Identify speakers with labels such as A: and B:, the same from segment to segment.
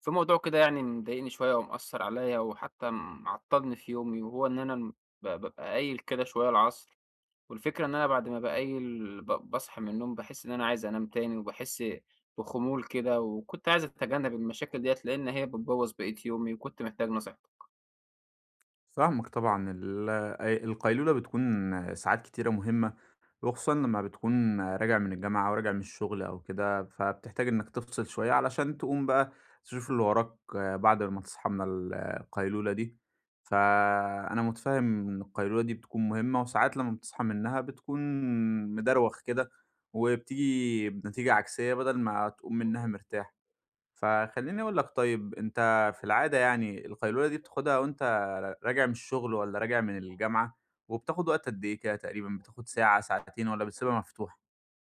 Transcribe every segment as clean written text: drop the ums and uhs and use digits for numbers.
A: في موضوع كده يعني مضايقني شوية ومأثر عليّا وحتى معطّلني في يومي، وهو إن أنا م ب بابقى قايل كده شوية العصر. والفكرة إن أنا بعد ما باقيّل باصحى من النوم، باحس إن أنا عايز أنام تاني، وباحس بخمول كده. وكنت عايز أتجنب المشاكل ديّة، لإن هي بتبوّظ بقية يومي، وكنت محتاج نصيحتك.
B: فاهمك طبعًا ال أي القيلولة بتكون ساعات كتيرة مهمة، وخصوصًا لمّا بتكون راجع من الجامعة أو راجع من الشغل أو كده، فبتحتاج إنك تفصل شوية علشان تقوم بقى تشوف اللي وراك بعد ما تصحى من القيلولة دي، فأنا متفهم إن القيلولة دي بتكون مهمة، وساعات لمّا بتصحى منها بتكون مدروخ كده، وبتيجي بنتيجة عكسية بدل ما تقوم منها مرتاح. فخلّيني أقول لك طيب أنت في العادة يعني القيلولة دي بتاخدها وأنت راجع من الشغل والّا راجع من الجامعة، وبتاخد وقت قد إيه كده تقريبًا، بتاخد ساعة، ساعتين والّا بتسيبها مفتوحة؟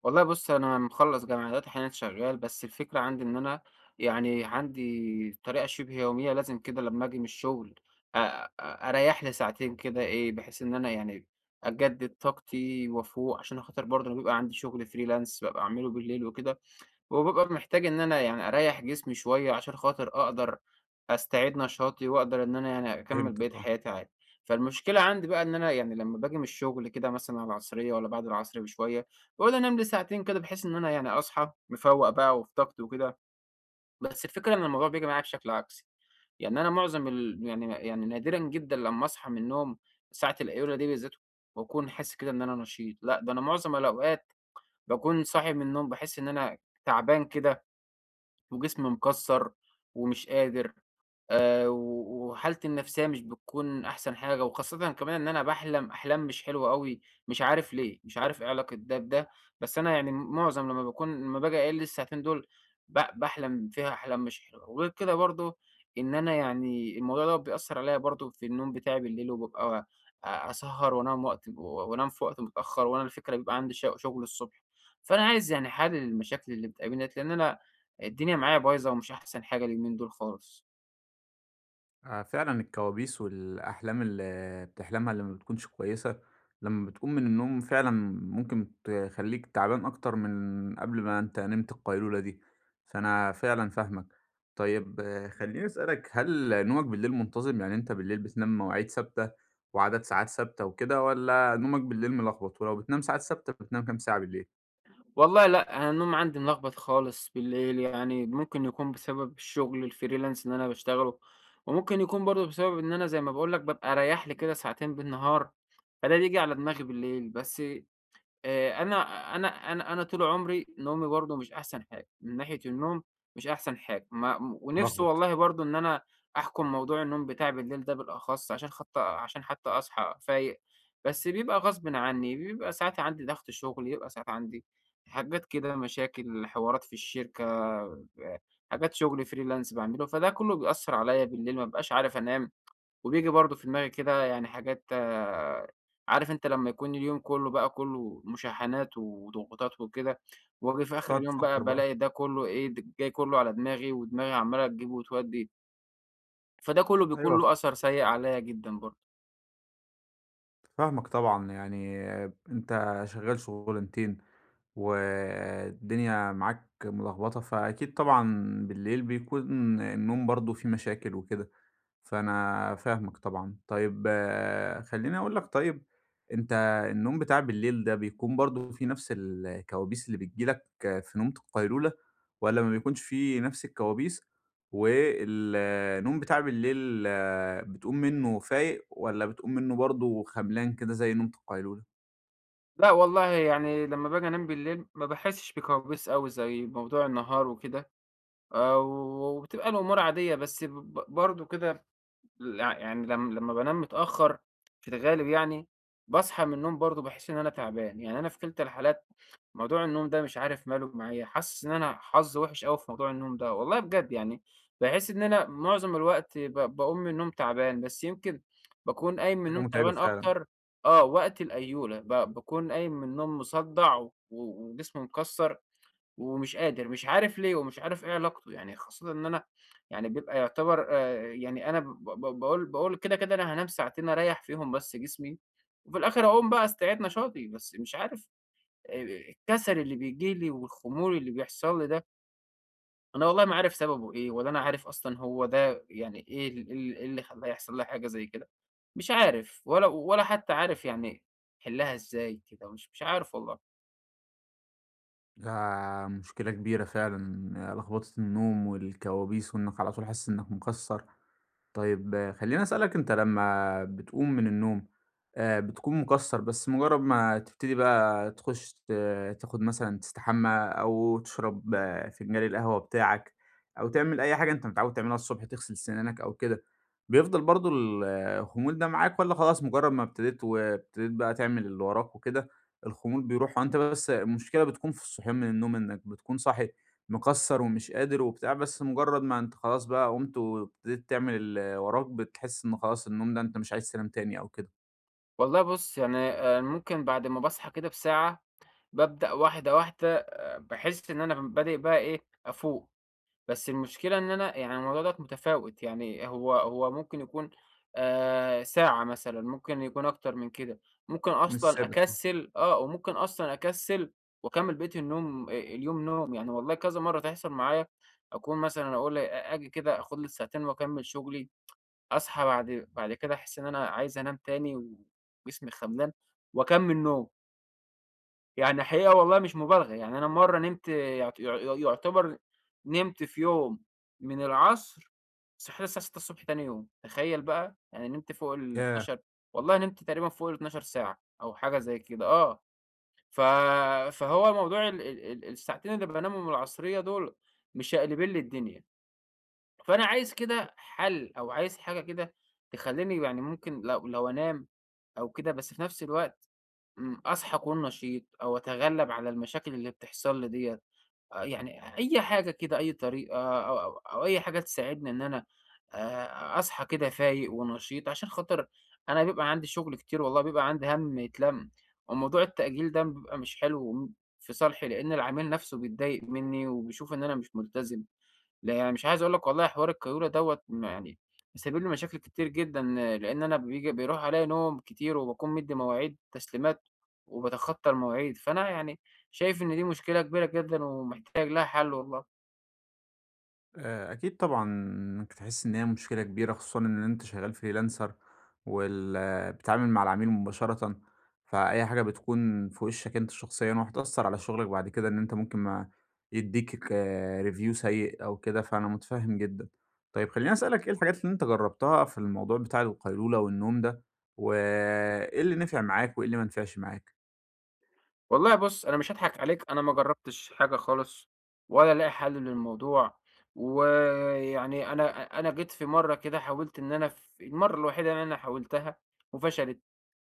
A: والله بُص، أنا مخلّص جامعة دلوقتي، حاليًا شغّال. بس الفكرة عندي إن أنا يعني عندي طريقة شِبه يومية لازم كده، لمّا آجي من الشغل أريّح لي ساعتين كده إيه، بحيث إن أنا يعني أجدِّد طاقتي وأفوق. عشان خاطر برضه أنا بيبقى عندي شغل freelance بابقى أعمله بالليل وكده، وبابقى محتاج إن أنا يعني أريّح جسمي شوية عشان خاطر أقدر أستعيد نشاطي، وأقدر إن أنا يعني أكمّل بقية
B: فهمتك آه.
A: حياتي عادي. فالمشكلة عندي بقى إن أنا يعني لمّا باجي من الشغل كده مثلًا على العصرية والّا بعد العصر بشوية، باقول أنام لي ساعتين كده بحيث إن أنا يعني أصحى مفوّق بقى وفي طاقتي وكده. بس الفكرة إن الموضوع بييجي معايا بشكل عكسي. يعني أنا معظم ال يعني نادرًا جدًا لمّا أصحى من النوم ساعة القيلولة دي بالذات وأكون حاسس كده إن أنا نشيط. لأ، ده أنا معظم الأوقات باكون صاحي من النوم، باحس إن أنا تعبان كده وجسمي مكسّر ومش قادر، و وحالتي النفسية مش بتكون أحسن حاجة. وخاصةً كمان إن أنا باحلم أحلام مش حلوة أوي، مش عارف ليه، مش عارف إيه علاقة ده بده. بس أنا يعني معظم لمّا باجي أقِل الساعتين دول باحلم فيها أحلام مش حلوة. وغير كده برضه، إن أنا يعني الموضوع دوّة بيأثّر عليّا برضه في النوم بتاعي بالليل، وبابقى أسهّر وأنام وقت و وأنام في وقت متأخّر، وأنا الفكرة بيبقى عندي شغل الصبح. فأنا عايز يعني حَل للمشاكل اللي بتقابلني ديّة، لإن أنا الدنيا معايا بايظة ومش أحسن حاجة اليومين دول خالص.
B: فعلًا الكوابيس والأحلام اللي بتحلمها اللي ما بتكونش كويسة، لمّا بتقوم من النوم فعلًا ممكن تخلّيك تعبان أكتر من قبل ما أنت نمت القيلولة دي، فأنا فعلًا فاهمك. طيب آه، خلّيني أسألك، هل نومك بالليل منتظم، يعني أنت بالليل بتنام مواعيد ثابتة وعدد ساعات ثابتة وكده والّا نومك بالليل ملخبط؟ ولو بتنام ساعات ثابتة بتنام كام ساعة بالليل؟
A: والله لأ، أنا النوم عندي ملخبط خالص بالليل. يعني ممكن يكون بسبب الشغل الfreelance اللي أنا باشتغله، وممكن يكون برضه بسبب إن أنا زي ما باقول لك بابقى رايح لي كده ساعتين بالنهار، فده بييجي على دماغي بالليل. بس آآ أنا أنا طول عمري نومي برضه مش أحسن حاجة، من ناحية النوم مش أحسن حاجة. ما ونِفْسي
B: ملخبط،
A: والله برضه إن أنا أحكُم موضوع النوم بتاعي بالليل ده بالأخص، عشان حتى أصحى فايق. بس بيبقى غصبٍ عني، بيبقى ساعات عندي ضغط شُغل، يبقى ساعات عندي حاجات كده مشاكل، حوارات في الشركة، ب حاجات شُغل freelance باعمله. فده كُلّه بيأثّر عليّا بالليل، ما بابقاش عارف أنام. وبييجي برضه في دماغي كده يعني حاجات، عارف أنت لمّا يكون اليوم كُلّه بقى كُلّه مشاحنات وضغوطات وكده، وآجي في آخر
B: فتقعد
A: اليوم بقى
B: تفكّر بقى.
A: بالاقي ده كُلّه إيه، جاي كُلّه على دماغي، ودماغي عمّالة تجيب وتودّي. فده كُلّه بيكون
B: أيوه
A: له أثر سيء عليّا جدًا برضه.
B: فاهمك طبعًا، يعني أنت شغّال شغلانتين والدنيا معاك ملخبطة، فأكيد طبعًا بالليل بيكون النوم برضه فيه مشاكل وكده. فأنا فاهمك طبعًا. طيب آه، خلّيني أقول لك طيب، أنت النوم بتاع بالليل ده بيكون برضه في نفس الكوابيس اللي بتيجي لك في نومة القيلولة والّا ما بيكونش في نفس الكوابيس، والنوم بتاع بالليل آه، بتقوم منّه فايق والّا بتقوم منّه برضه خملان كده زي نومة القيلولة؟
A: لأ والله، يعني لمّا باجي أنام بالليل ما باحسّش بكوابيس أوي زي موضوع النهار وكده، وبتبقى الأمور عادية، بس برضه كده. لأ، يعني لم لمّا بانام متأخّر في الغالب يعني، باصحى من النوم برضه باحس إن أنا تعبان. يعني أنا في كِلتا الحالات موضوع النوم ده مش عارف ماله معايا، حاسس إن أنا حظّي وِحِش أوي في موضوع النوم ده، والله بجد يعني. باحس إن أنا معظم الوقت باقوم من النوم تعبان، بس يمكن باكون قايم من
B: حاجة
A: النوم
B: متعبة
A: تعبان
B: فعلًا.
A: أكتر، وقت القيلولة، باكون قايم من النوم مصدّع وجسمي مكسّر. ومش قادر، مش عارف ليه ومش عارف إيه علاقته، يعني خاصةً إن أنا يعني بيبقى يعتبر، يعني أنا ب ب باقول باقول كده، كده أنا هانام ساعتين أريّح فيهم بس جسمي، وفي الآخر أقوم بقى أستعيد نشاطي. بس مش عارف الكسل اللي بييجي لي والخمول اللي بيحصل لي ده، أنا والله ما عارف سببه إيه، ولا أنا عارف أصلًا هو ده يعني إيه ال إيه اللي خلّاه يحصل لي حاجة زي كده. مش عارف ولا حتى عارف يعني أحلّها إزاي كده، مش عارف والله.
B: ده مشكلة كبيرة فعلًا، لخبطة النوم والكوابيس وإنّك على طول حاسس إنّك مكسّر. طيب خلّيني أسألك أنت لمّا بتقوم من النوم، بتكون مكسّر بس مجرّد ما تبتدي بقى تخُش تاخُد مثلًا تستحمى أو تشرب آه، فنجان القهوة بتاعك أو تعمل أي حاجة أنت متعوّد تعملها الصبح، تغسل سنانك أو كده، بيفضل برضه آه، الخمول ده معاك والّا خلاص مجرّد ما ابتديت وابتديت بقى تعمل اللي وراك وكده، الخمول بيروح؟ هو أنت بس المشكلة بتكون في الصحيان من النوم إنّك بتكون صاحي مكسّر ومش قادر وبتاع، بس مجرّد ما أنت خلاص بقى قُمت وابتديت تعمل اللي وراك، بتحس إن خلاص النوم ده أنت مش عايز تنام تاني أو كده،
A: والله بُص، يعني ممكن بعد ما باصحى كده بساعة بابدأ واحدة، واحدة، باحس إن أنا بادئ بقى إيه، أفوق. بس المشكلة إن أنا يعني الموضوع دوّة متفاوت، يعني هو هو ممكن يكون ساعة مثلًا، ممكن يكون أكتر من كده، ممكن
B: مش
A: أصلًا
B: ثابت آه.
A: أكسّل، وممكن أصلًا أكسّل وأكمّل بقية النوم، اليوم نوم. يعني والله كذا مرّة تحصل معايا، أكون مثلًا أقول آجي كده آخُد لي ساعتين وأكمّل شُغلي، أصحى بعد كده أحس إن أنا عايز أنام تاني وجسمي خملان وأكمّل نوم. يعني حقيقة والله مش مبالغة، يعني أنا مرّة نمت يعت يع يع يعتبر نمت في يوم من العصر، صحيت الساعة 6:00 تاني يوم، تخيّل بقى! يعني نمت فوق
B: ياه!
A: ال12. والله نمت تقريبًا فوق ال12 ساعة أو حاجة زي كده، ف فهو موضوع ال ال ال الساعتين اللي بانامهم العصرية دول مش هيقلبين لي الدنيا. فأنا عايز كده حَل أو عايز حاجة كده تخلّيني يعني، ممكن لو أنام أو كده، بس في نفس الوقت أصحى أكون نشيط أو أتغلب على المشاكل اللي بتحصل لي ديّة، يعني أي حاجة كده، أي طريقة أو أو أو أي حاجة تساعدني إن أنا أصحى كده فايق ونشيط. عشان خاطر أنا بيبقى عندي شغل كتير والله، بيبقى عندي هَم يتلَم، وموضوع التأجيل ده بيبقى مش حلو في صالحي، لإن العميل نَفْسه بيتضايق منّي وبيشوف إن أنا مش ملتزم. لأ يعني مش عايز أقول لك والله حوار القيلولة دوّة، يعني مسبب لي مشاكل كتير جدًا، لإن أنا بييجي بيروح عليَّ نوم كتير وباكون مدّي مواعيد تسليمات وباتخطى المواعيد، فأنا يعني شايف إن دي مشكلة كبيرة جدًا ومحتاج لها حل والله.
B: أكيد طبعًا إنك تحس إن هي مشكلة كبيرة، خصوصًا إن أنت شغال freelancer بتتعامل مع العميل مباشرةً، فأي حاجة بتكون في وشك أنت شخصيًا وهتأثّر على شغلك بعد كده، إن أنت ممكن ما يدّيك review سيء أو كده، فأنا متفهم جدًا. طيب خلّيني أسألك إيه الحاجات اللي أنت جرّبتها في الموضوع بتاع القيلولة والنوم ده، وإيه اللي نفع معاك وإيه اللي ما نفعش معاك؟
A: والله بُص، أنا مش هاضحك عليك، أنا ما جرّبتش حاجة خالص ولا لاقي حل للموضوع. ويعني أنا جيت في مرّة كده حاولت إن أنا، المرّة الوحيدة اللي أنا حاولتها وفشلت،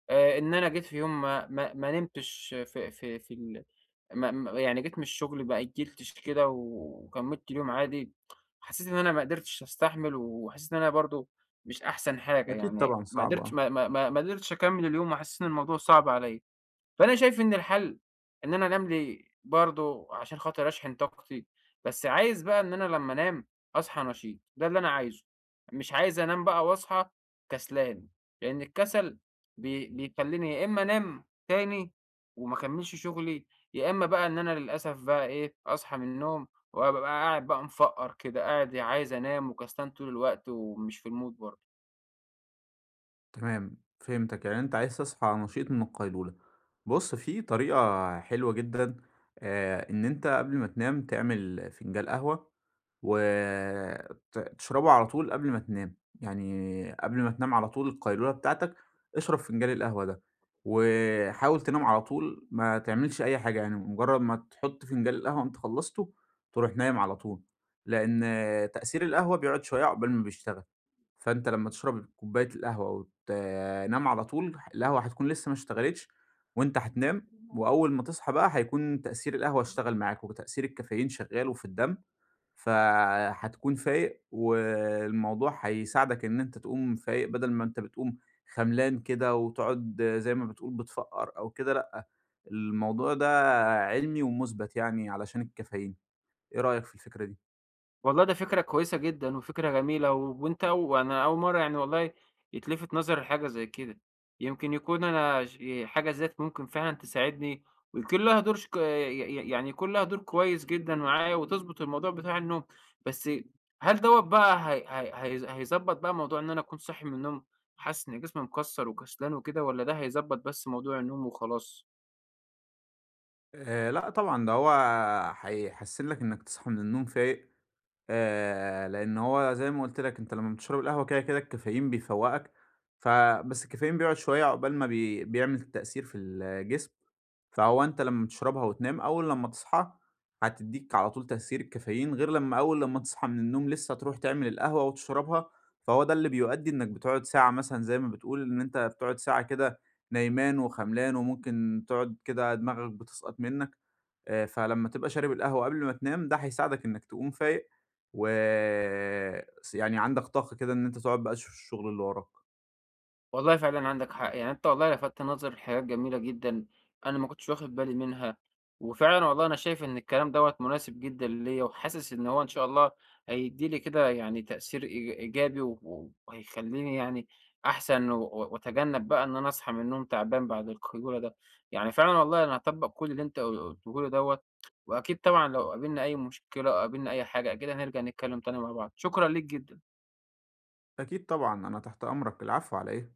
A: إن أنا جيت في يوم ما نمتش في في في ال ما ما يعني جيت من الشغل ما أجّلتش كده وكمّلت اليوم عادي. حسّيت إن أنا ما قدرتش أستحمل وحسّيت إن أنا برضه مش أحسن حاجة،
B: أكيد
A: يعني
B: طبعًا
A: ما
B: صعب،
A: قدرتش
B: آه.
A: ما ما ما ما قدرتش أكمّل اليوم وحسّيت إن الموضوع صعب عليّا. فأنا شايف إن الحل إن أنا أنام لي برضه عشان خاطر أشحن طاقتي، بس عايز بقى إن أنا لمّا أنام أصحى نشيط. ده اللي أنا عايزه، مش عايز أنام بقى وأصحى كسلان. لإن الكسل بيخلّيني يا إمّا أنام تاني وما أكمّلش شغلي، يا إمّا بقى إن أنا للأسف بقى إيه، أصحى من النوم وأبقى قاعد بقى مفقّر كده، قاعد عايز أنام وكسلان طول الوقت ومش في الmood برضه.
B: تمام، فهمتك، يعني أنت عايز تصحى نشيط من القيلولة. بُص، في طريقة حلوة جدًا، إن أنت قبل ما تنام تعمل فنجان قهوة وت تشربه على طول قبل ما تنام، يعني قبل ما تنام على طول القيلولة بتاعتك اشرب فنجان القهوة ده، وحاول تنام على طول ما تعملش أي حاجة، يعني مجرد ما تحط فنجان القهوة وأنت خلصته تروح نايم على طول، لأن تأثير القهوة بيقعد شوية عقبال ما بيشتغل. فأنت لمّا تشرب كوباية القهوة وتنام على طول، القهوة هتكون لسه ما اشتغلتش وأنت هتنام، وأول ما تصحى بقى هيكون تأثير القهوة اشتغل معاك، وتأثير الكافيين شغال وفي الدم، فهتكون فايق والموضوع هيساعدك إن أنت تقوم فايق بدل ما أنت بتقوم خملان كده وتقعد زي ما بتقول بتفقّر أو كده لأ، الموضوع ده علمي ومُثبت يعني علشان الكافيين، إيه رأيك في الفكرة دي؟
A: والله ده فكرة كويسة جدًا وفكرة جميلة. وأنا أول مرّة يعني والله يتلفت نظري لحاجة زي كده. يمكن يكون أنا حاجة زي ديّة ممكن فعلًا تساعدني، ويكون لها دور ش ك ي ي يعني يكون لها دور كويس جدًا معايا وتضبط الموضوع بتاع النوم. بس هل دوّة بقى هي هي هيض هيضبط بقى موضوع إن أنا أكون صاحي من النوم حاسس إن جسمي مكسّر وكسلان وكده، والّا ده هيضبط بس موضوع النوم وخلاص؟
B: لأ طبعًا، ده هو هيحسّن لك إنك تصحى من النوم فايق. لإن هو زي ما قُلت لك أنت لمّا بتشرب القهوة كده، الكافيين بيفوّقك، فبس الكافيين بيقعد شوية عقبال ما بيعمل تأثير في الجسم، فهو أنت لمّا بتشربها وتنام، أول لمّا تصحى هتدّيك على طول تأثير الكافيين، غير لمّا أول لمّا تصحى من النوم لسه تروح تعمل القهوة وتشربها، فهو ده اللي بيؤدّي إنك بتقعد ساعة مثلًا زي ما بتقول إن أنت بتقعد ساعة كده نايمان وخملان وممكن تقعد كده دماغك بتسقط منّك، فلمّا تبقى شارب القهوة قبل ما تنام ده هيساعدك إنك تقوم فايق و يعني عندك طاقة كده إن أنت تقعد بقى تشوف الشغل اللي وراك.
A: والله فعلًا عندك حق. يعني أنت والله لفتت نظري لحاجات جميلة جدًا أنا ما كنتش واخد بالي منها. وفعلًا والله أنا شايف إن الكلام دوّة مناسب جدًا ليّا، وحاسس إن هو إن شاء الله هيدّي لي كده يعني تأثير إيجابي، وهيخلّيني يعني أحسن وأتجنب بقى إن أنا أصحى من النوم تعبان بعد الخيولة ده. يعني فعلًا والله أنا هاطبّق كل اللي أنت قُلته لي دوّة، وأكيد طبعًا لو قابلنا أي مشكلة أو قابلنا أي حاجة أكيد هنرجع نتكلم تاني مع بعض. شكرًا ليك جدًا.
B: أكيد طبعًا، أنا تحت أمرك، العفو على إيه؟